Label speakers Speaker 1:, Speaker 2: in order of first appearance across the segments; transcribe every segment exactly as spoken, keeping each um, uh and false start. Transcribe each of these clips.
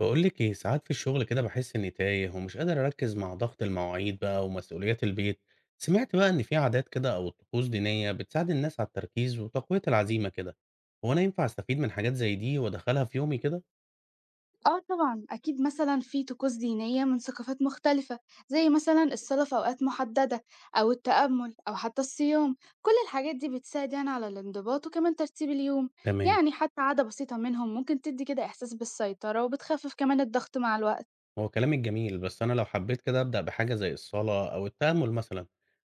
Speaker 1: باقول لِك إيه، ساعات في الشغل كده باحس إني تايه ومش قادر أركّز مع ضغط المواعيد بقى ومسؤوليات البيت، سمعت بقى إن في عادات كده أو طقوس دينية بتساعد الناس على التركيز وتقوية العزيمة كده، هو أنا ينفع أستفيد من حاجات زي دي وأدخّلها في يومي كده؟
Speaker 2: آه طبعًا، أكيد مثلًا في طقوس دينية من ثقافات مختلفة، زي مثلًا الصلاة في أوقات محددة أو التأمل أو حتى الصيام، كل الحاجات دي بتساعد يعني على الانضباط وكمان ترتيب اليوم،
Speaker 1: تمام.
Speaker 2: يعني حتى عادة بسيطة منهم ممكن تدي كده إحساس بالسيطرة وبتخفف كمان الضغط مع الوقت،
Speaker 1: هو كلامِك جميل، بس أنا لو حبيت كده أبدأ بحاجة زي الصلاة أو التأمل مثلًا،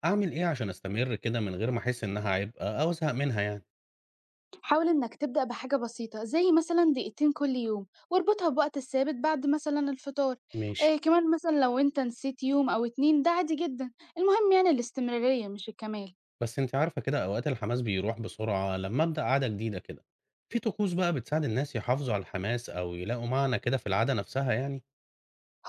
Speaker 1: أعمل إيه عشان أستمر كده من غير ما أحس إنها عبء أو أزهق منها يعني؟
Speaker 2: حاول إنك تبدأ بحاجة بسيطة زي مثلًا دقيقتين كل يوم واربطها بوقت ثابت بعد مثلًا الفطار،
Speaker 1: ماشي.
Speaker 2: آآ كمان مثلًا لو أنت نسيت يوم أو يومين ده عادي جدًا، المهم يعني الاستمرارية مش الكمال.
Speaker 1: بس أنتِ عارفة كده أوقات الحماس بيروح بسرعة لمّا أبدأ عادة جديدة كده، في طقوس بقى بتساعد الناس يحافظوا على الحماس أو يلاقوا معنى كده في العادة نفسها يعني؟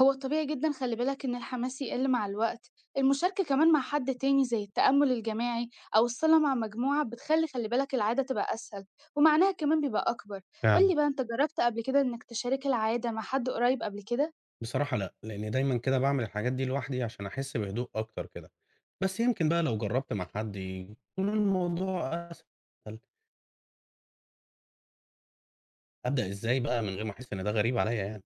Speaker 2: هو طبيعي جدا خلي بالك إن الحماس يقل مع الوقت، المشاركة كمان مع حد تاني زي التأمل الجماعي أو الصلاة مع مجموعة بتخلي خلي بالك العادة تبقى أسهل ومعناها كمان بيبقى أكبر.
Speaker 1: فعلا.
Speaker 2: قولي بقى أنت جربت قبل كده إنك تشارك العادة مع حد قريب قبل كده؟
Speaker 1: بصراحة لأ، لإني دايمًا كده باعمل الحاجات دي لوحدي عشان أحس بهدوء أكتر كده، بس يمكن بقى لو جربت مع حد يكون الموضوع أسهل، أبدأ إزاي بقى من غير ما أحس إن ده غريب عليَّ يعني؟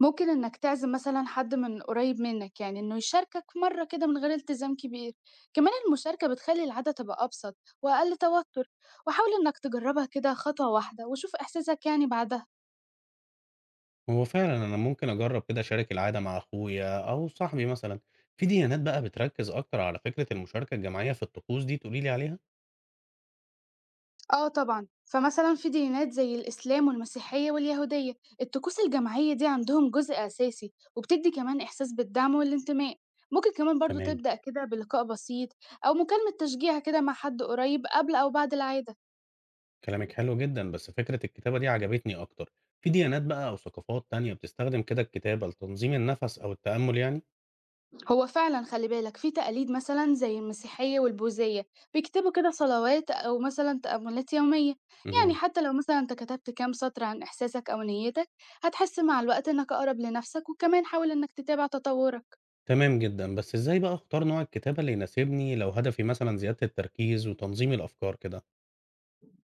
Speaker 2: ممكن إنك تعزم مثلا حد من قريب منك يعني إنه يشاركك مرة كده من غير التزام كبير، كمان المشاركة بتخلي العادة تبقى أبسط وأقل توتر، وحاول إنك تجربها كده خطوة واحدة وشوف إحساسك يعني بعدها.
Speaker 1: هو فعلًا أنا ممكن أجرب كده أشارك العادة مع أخويا أو صاحبي مثلًا، في ديانات بقى بتركز أكتر على فكرة المشاركة الجماعية في الطقوس دي تقولي لي عليها؟
Speaker 2: آه طبعًا، فمثلًا في ديانات زي الإسلام والمسيحية واليهودية، الطقوس الجماعية دي عندهم جزء أساسي وبتدي كمان إحساس بالدعم والانتماء، ممكن كمان برضه
Speaker 1: تمام.
Speaker 2: تبدأ كده بلقاء بسيط أو مكالمة تشجيع كده مع حد قريب قبل أو بعد العادة،
Speaker 1: كلامِك حلو جدًا، بس فكرة الكتابة دي عجبتني أكتر. في ديانات بقى أو ثقافات تانية بتستخدم كده الكتابة لتنظيم النفس أو التأمل يعني؟
Speaker 2: هو فعلًا خلي بالك في تقاليد مثلًا زي المسيحية والبوذية بيكتبوا كده صلوات أو مثلًا تأملات يومية، يعني
Speaker 1: اهم.
Speaker 2: حتى لو مثلًا أنت كتبت كام سطر عن إحساسك أو نيتك، هتحس مع الوقت إنك أقرب لنفسك وكمان حاول إنك تتابع تطورك.
Speaker 1: تمام جدًا، بس إزاي بقى أختار نوع الكتابة اللي يناسبني لو هدفي مثلًا زيادة التركيز وتنظيم الأفكار كده؟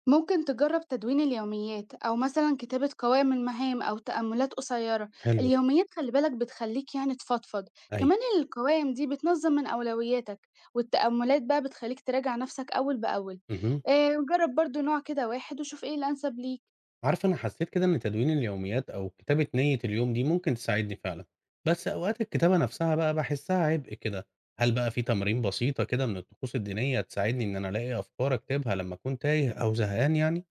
Speaker 2: ممكن تجرب تدوين اليوميات أو مثلا كتابة قوائم المهام أو تأملات قصيرة.
Speaker 1: حلو ده.
Speaker 2: اليوميات خلي بالك بتخليك يعني تفضفض،
Speaker 1: أيوه.
Speaker 2: كمان القوائم دي بتنظم من أولوياتك والتأملات بقى بتخليك تراجع نفسك أول بأول.
Speaker 1: اهم.
Speaker 2: آه، جرب برضو نوع كده واحد وشوف إيه الأنسب ليك.
Speaker 1: عارفة أنا حسيت كده إن تدوين اليوميات أو كتابة نية اليوم دي ممكن تساعدني فعلًا، بس أوقات الكتابة نفسها بقى باحسها عبء كده. هل بقى في تمارين بسيطة كده من الطقوس الدينية تساعدني إن أنا ألاقي أفكار أكتبها لما أكون تايه أو زهقان يعني؟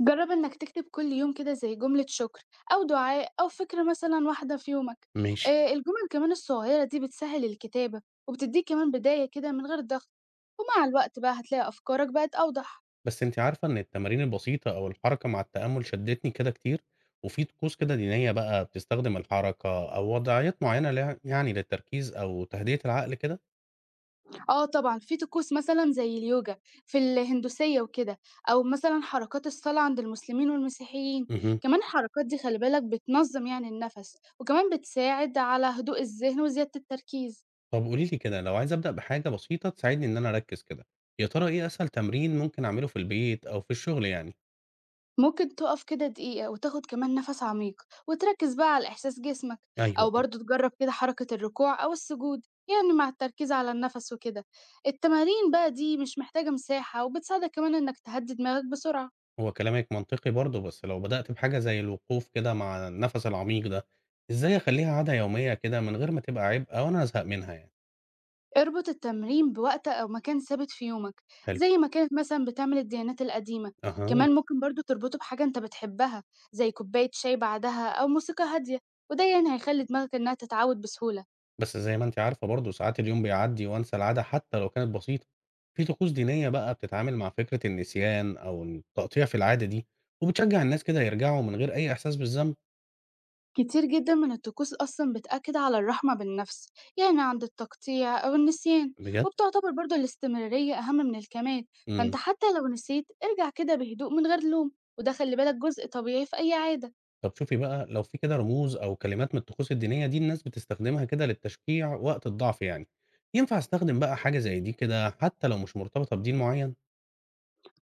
Speaker 2: جرب إنك تكتب كل يوم كده زي جملة شكر أو دعاء أو فكرة مثلا واحدة في يومك.
Speaker 1: ماشي.
Speaker 2: آه، الجمل كمان الصغيرة دي بتسهل الكتابة وبتديك كمان بداية كده من غير ضغط، ومع الوقت بقى هتلاقي أفكارك بقت أوضح.
Speaker 1: بس أنتِ عارفة إن التمارين البسيطة أو الحركة مع التأمل شدتني كده كتير، وفي طقوس كده دينية بقى بتستخدم الحركة أو وضعيات معينة ليع يعني للتركيز أو تهدئة العقل كده؟
Speaker 2: آه طبعًا، في طقوس مثلًا زي اليوجا في الهندوسية وكده، أو مثلًا حركات الصلاة عند المسلمين والمسيحيين،
Speaker 1: اهم.
Speaker 2: كمان الحركات دي خلي بالك بتنظّم يعني النَفَس، وكمان بتساعد على هدوء الذهن وزيادة التركيز.
Speaker 1: طب قولي لي كده لو عايز أبدأ بحاجة بسيطة تساعدني إن أنا أركز كده، يا ترى إيه أسهل تمرين ممكن أعمله في البيت أو في الشغل يعني؟
Speaker 2: ممكن تُقف كده دقيقة وتاخد كمان نَفَس عميق، وتركّز بقى على إحساس جسمك،
Speaker 1: أيوه،
Speaker 2: أو
Speaker 1: أيوه.
Speaker 2: برضه تجرّب كده حركة الركوع أو السجود، يعني مع التركيز على النَفَس وكده. التمارين بقى دي مش محتاجة مساحة، وبتساعدك كمان إنك تهدّي دماغك بسرعة.
Speaker 1: هو كلامِك منطقي برضه، بس لو بدأت بحاجة زي الوقوف كده مع النفس العميق ده، إزاي أخليها عادة يومية كده من غير ما تبقى عبء أو أنا أزهق منها يعني؟
Speaker 2: اربط التمرين بوقت أو مكان ثابت في يومك
Speaker 1: حلو.
Speaker 2: زي ما كانت مثلا بتعمل الديانات القديمة،
Speaker 1: أها.
Speaker 2: كمان ممكن برضو تربطه بحاجة انت بتحبها زي كوباية شاي بعدها أو موسيقى هادية، وده يعني هيخلي دماغك إنها تتعود بسهولة.
Speaker 1: بس زي ما أنتِ عارفة برضه ساعات اليوم بيعدّي وأنسى العادة حتى لو كانت بسيطة. في طقوس دينية بقى بتتعامل مع فكرة النسيان أو التقطيع في العادة دي، وبتشجّع الناس كده يرجعوا من غير أي إحساس بالذنب؟
Speaker 2: كتير جدا من الطقوس أصلا بتأكد على الرحمة بالنفس يعني عند التقطيع أو النسيان،
Speaker 1: بجد؟
Speaker 2: وبتعتبر برضو الاستمرارية أهم من الكمال، فانت
Speaker 1: إمم.
Speaker 2: حتى لو نسيت ارجع كده بهدوء من غير لوم، وده خلي بالك جزء طبيعي في أي عادة.
Speaker 1: طب شوفي بقى لو في كده رموز أو كلمات من الطقوس الدينية دي الناس بتستخدمها كده للتشجيع وقت الضعف يعني، ينفع أستخدم بقى حاجة زي دي كده حتى لو مش مرتبطة بدين معيّن؟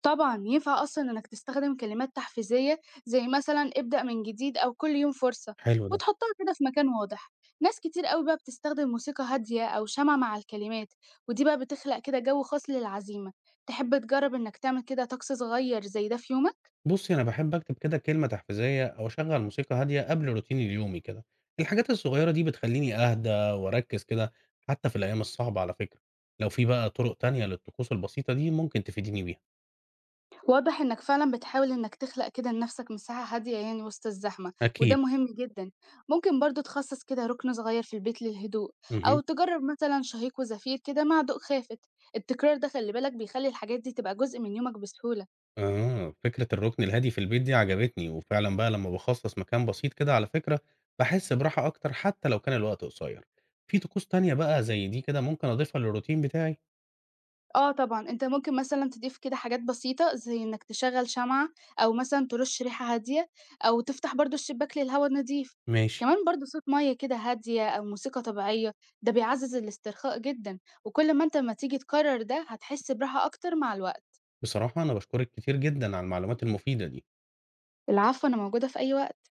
Speaker 2: طبعًا، ينفع أصلًا إنك تستخدم كلمات تحفيزية زي مثلًا ابدأ من جديد أو كل يوم فرصة،
Speaker 1: حلو ده.
Speaker 2: وتحطها كده في مكان واضح. ناس كتير أوي بقى بتستخدم موسيقى هادية أو شمع مع الكلمات، ودي بقى بتخلق كده جو خاص للعزيمة. تحب تجرب إنك تعمل كده طقس صغير زي ده في يومك؟
Speaker 1: بُصّي، أنا باحب أكتب كده كلمة تحفيزية أو أشغّل موسيقى هادية قبل روتيني اليومي كده. الحاجات الصغيرة دي بتخلّيني أهدى وأركّز كده حتى في الأيام الصعبة على فكرة. لو في بقى طُرق تانية للطقوس البسيطة دي ممكن تفيديني بيها.
Speaker 2: واضح إنك فعلًا بتحاول إنك تخلق كده لنفسك مساحة هادية يعني وسط الزحمة، وده
Speaker 1: أكيد.
Speaker 2: مهم جدًا. ممكن برضه تخصص كده ركن صغير في البيت للهدوء، أو
Speaker 1: اهم.
Speaker 2: تجرب مثلًا شهيق وزفير كده مع ضوء خافت. التكرار ده خلي بالك بيخلي الحاجات دي تبقى جزء من يومك بسهولة.
Speaker 1: آه، فكرة الرُكن الهادي في البيت دي عجبتني، وفعلًا بقى لمّا باخصّص مكان بسيط كده على فكرة، باحس براحة أكتر حتى لو كان الوقت قصير. في طقوس تانية بقى زي دي كده ممكن أضيفها للروتين بتاعي؟
Speaker 2: آه طبعًا، أنت ممكن مثلًا تضيف كده حاجات بسيطة، زي إنك تشغّل شمعة أو مثلًا ترُش ريحة هادية أو تفتح برضه الشباك للهوا النضيف.
Speaker 1: ماشي.
Speaker 2: كمان برضه صوت مَيّة كده هادية أو موسيقى طبيعية، ده بيعزّز الاسترخاء جدًا، وكل ما أنت أمّا تيجي تكرّر ده هتحس براحة أكتر مع الوقت.
Speaker 1: بصراحة أنا باشكرِك كتير جدًا على المعلومات المفيدة دي.
Speaker 2: العفو، أنا موجودة في أي وقت.